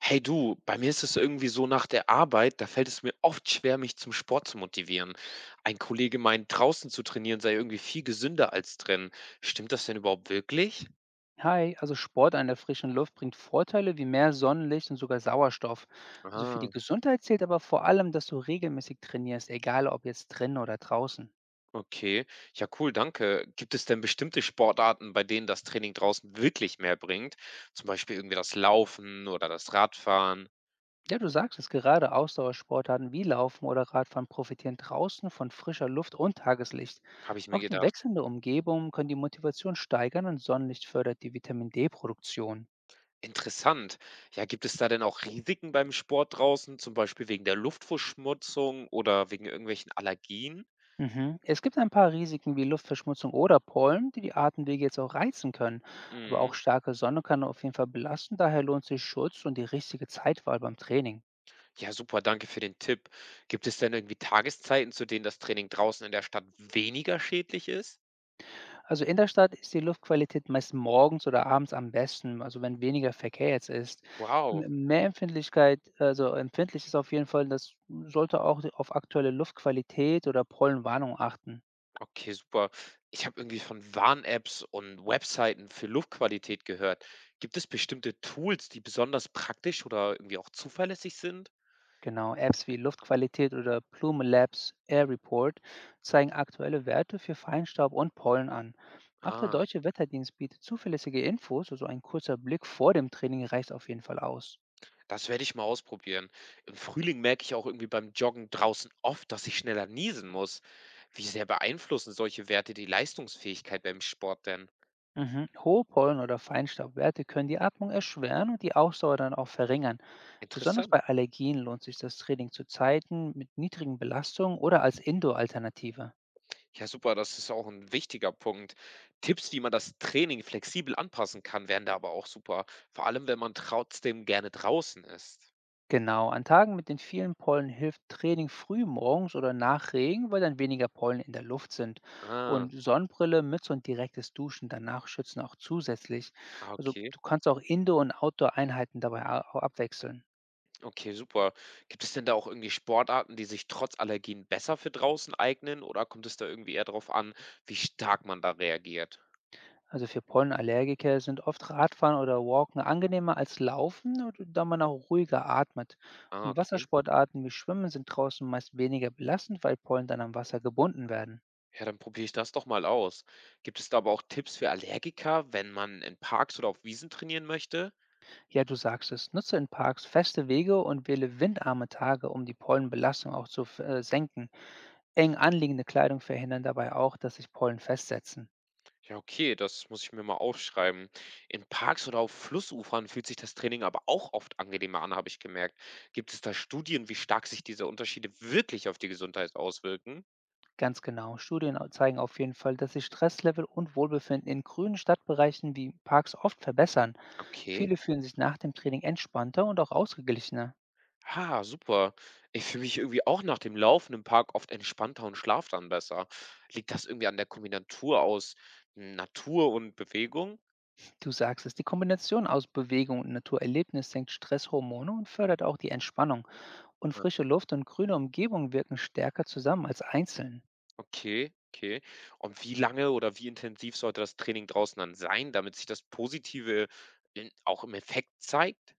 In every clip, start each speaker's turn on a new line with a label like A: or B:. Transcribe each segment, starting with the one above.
A: Hey du, bei mir ist es irgendwie so nach der Arbeit, da fällt es mir oft schwer, mich zum Sport zu motivieren. Ein Kollege meint, draußen zu trainieren sei irgendwie viel gesünder als drin. Stimmt das denn überhaupt wirklich?
B: Hi, also Sport an der frischen Luft bringt Vorteile wie mehr Sonnenlicht und sogar Sauerstoff. Also für
A: Ah,
B: die Gesundheit zählt aber vor allem, dass du regelmäßig trainierst, egal ob jetzt drinnen oder draußen.
A: okay. Ja, cool, danke. Gibt es denn bestimmte Sportarten, bei denen das Training draußen wirklich mehr bringt? Zum Beispiel irgendwie das Laufen oder das Radfahren,
B: Ja, du sagst es, gerade Ausdauersportarten wie Laufen oder Radfahren profitieren draußen von frischer Luft und Tageslicht.
A: habe ich mir
B: Auch die
A: gedacht.
B: wechselnde Umgebung kann die Motivation steigern und Sonnenlicht fördert die Vitamin D-Produktion.
A: Interessant. Ja, gibt es da denn auch Risiken beim Sport draußen, zum Beispiel wegen der Luftverschmutzung oder wegen irgendwelchen Allergien?
B: Mhm. Es gibt ein paar Risiken wie Luftverschmutzung oder Pollen, die Atemwege jetzt auch reizen können. Aber
A: Mhm.
B: auch starke Sonne kann auf jeden Fall belasten, daher lohnt sich Schutz und die richtige Zeitwahl beim Training.
A: Ja, super, danke für den Tipp. Gibt es denn irgendwie Tageszeiten, zu denen das Training draußen in der Stadt weniger schädlich ist?
B: Also in der Stadt ist die Luftqualität meist morgens oder abends am besten, also wenn weniger Verkehr jetzt ist.
A: Wow,
B: Mehr Empfindlichkeit, also empfindlich ist auf jeden Fall, das sollte auch auf aktuelle Luftqualität oder Pollenwarnung achten.
A: okay, super. Ich habe irgendwie von Warn-Apps und Webseiten für Luftqualität gehört. Gibt es bestimmte Tools, die besonders praktisch oder irgendwie auch zuverlässig sind?
B: Genau, Apps wie Luftqualität oder Plume Labs Air Report zeigen aktuelle Werte für Feinstaub und Pollen an. Auch der
A: Ah,
B: Deutsche Wetterdienst bietet zuverlässige Infos, also ein kurzer Blick vor dem Training reicht auf jeden Fall aus.
A: das werde ich mal ausprobieren. Im Frühling merke ich auch irgendwie beim Joggen draußen oft, dass ich schneller niesen muss. Wie sehr beeinflussen solche Werte die Leistungsfähigkeit beim Sport denn?
B: Mhm. Hohe Pollen- oder Feinstaubwerte können die Atmung erschweren und die Ausdauer dann auch verringern.
A: Interessant.
B: Besonders bei Allergien lohnt sich das Training zu Zeiten mit niedrigen Belastungen oder als Indoor-Alternative.
A: Ja, super, das ist auch ein wichtiger Punkt. Tipps, wie man das Training flexibel anpassen kann, wären da aber auch super, vor allem, wenn man trotzdem gerne draußen ist.
B: Genau, an Tagen mit den vielen Pollen hilft Training frühmorgens oder nach Regen, weil dann weniger Pollen in der Luft sind.
A: Ah,
B: Und Sonnenbrille, Mütze und direktes Duschen danach schützen auch zusätzlich.
A: ah,
B: Also
A: okay.
B: du kannst auch Indoor- und Outdoor-Einheiten dabei abwechseln.
A: Okay, super. Gibt es denn da auch irgendwie Sportarten, die sich trotz Allergien besser für draußen eignen oder kommt es da irgendwie eher darauf an, wie stark man da reagiert?
B: Also für Pollenallergiker sind oft Radfahren oder Walken angenehmer als Laufen, da man auch ruhiger atmet.
A: Ah,
B: Und
A: okay.
B: Wassersportarten wie Schwimmen sind draußen meist weniger belastend, weil Pollen dann am Wasser gebunden werden.
A: Ja, dann probiere ich das doch mal aus. Gibt es da aber auch Tipps für Allergiker, wenn man in Parks oder auf Wiesen trainieren möchte?
B: Ja, du sagst es. Nutze in Parks feste Wege und wähle windarme Tage, um die Pollenbelastung auch zu senken. Eng anliegende Kleidung verhindern dabei auch, dass sich Pollen festsetzen.
A: Ja, okay, das muss ich mir mal aufschreiben. In Parks oder auf Flussufern fühlt sich das Training aber auch oft angenehmer an, habe ich gemerkt. Gibt es da Studien, wie stark sich diese Unterschiede wirklich auf die Gesundheit auswirken?
B: Ganz genau. Zeigen auf jeden Fall, dass sich Stresslevel und Wohlbefinden in grünen Stadtbereichen wie Parks oft verbessern.
A: Okay.
B: Viele fühlen sich nach dem Training entspannter und auch ausgeglichener.
A: Ah, super. Ich fühle mich irgendwie auch nach dem Laufen im Park oft entspannter und schlaf dann besser. Liegt das irgendwie an der Kombinatur aus Natur und Bewegung?
B: Du sagst es, die Kombination aus Bewegung und Naturerlebnis senkt Stresshormone und fördert auch die Entspannung. Und frische Luft und grüne Umgebung wirken stärker zusammen als einzeln.
A: Okay, okay. Und wie lange oder wie intensiv sollte das Training draußen dann sein, damit sich das Positive in auch im Effekt zeigt?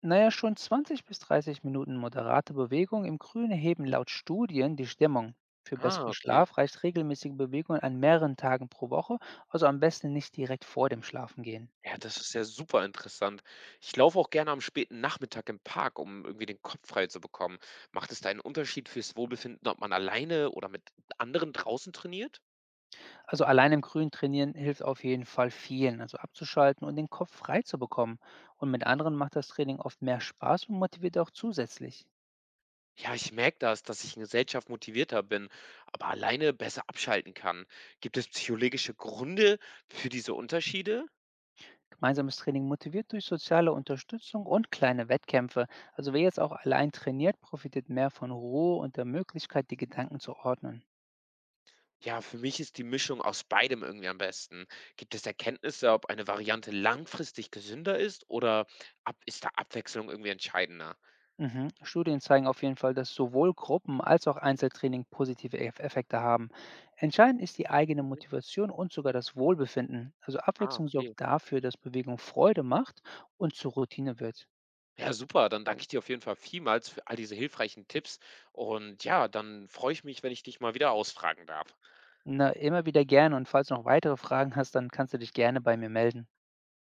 B: Naja, schon 20 bis 30 Minuten moderate Bewegung im Grünen heben laut Studien die Stimmung. Für
A: Ah,
B: besseren
A: okay.
B: Schlaf reicht regelmäßige Bewegung an mehreren Tagen pro Woche, also am besten nicht direkt vor dem Schlafengehen.
A: Ja, das ist ja super interessant. Ich laufe auch gerne am späten Nachmittag im Park, um irgendwie den Kopf frei zu bekommen. Macht es da einen Unterschied fürs Wohlbefinden, ob man alleine oder mit anderen draußen trainiert?
B: Also allein im Grün trainieren hilft auf jeden Fall vielen, also abzuschalten und den Kopf frei zu bekommen. Und mit anderen macht das Training oft mehr Spaß und motiviert auch zusätzlich.
A: Ja, ich merke das, dass ich in Gesellschaft motivierter bin, aber alleine besser abschalten kann. Gibt es psychologische Gründe für diese Unterschiede?
B: Gemeinsames Training motiviert durch soziale Unterstützung und kleine Wettkämpfe. Also wer jetzt auch allein trainiert, profitiert mehr von Ruhe und der Möglichkeit, die Gedanken zu ordnen.
A: Ja, für mich ist die Mischung aus beidem irgendwie am besten. Gibt es Erkenntnisse, ob eine Variante langfristig gesünder ist oder ab ist da Abwechslung irgendwie entscheidender?
B: Mhm. Studien zeigen auf jeden Fall, dass sowohl Gruppen als auch Einzeltraining positive Effekte haben. Entscheidend ist die eigene
A: Mhm.
B: Motivation und sogar das Wohlbefinden. Also
A: Ah,
B: Abwechslung sorgt
A: okay.
B: dafür, dass Bewegung Freude macht und zur Routine wird.
A: Ja, super. Dann danke ich dir auf jeden Fall vielmals für all diese hilfreichen Tipps. Und ja, dann freue ich mich, wenn ich dich mal wieder ausfragen darf.
B: Na, immer wieder gerne und falls du noch weitere Fragen hast, dann kannst du dich gerne bei mir melden.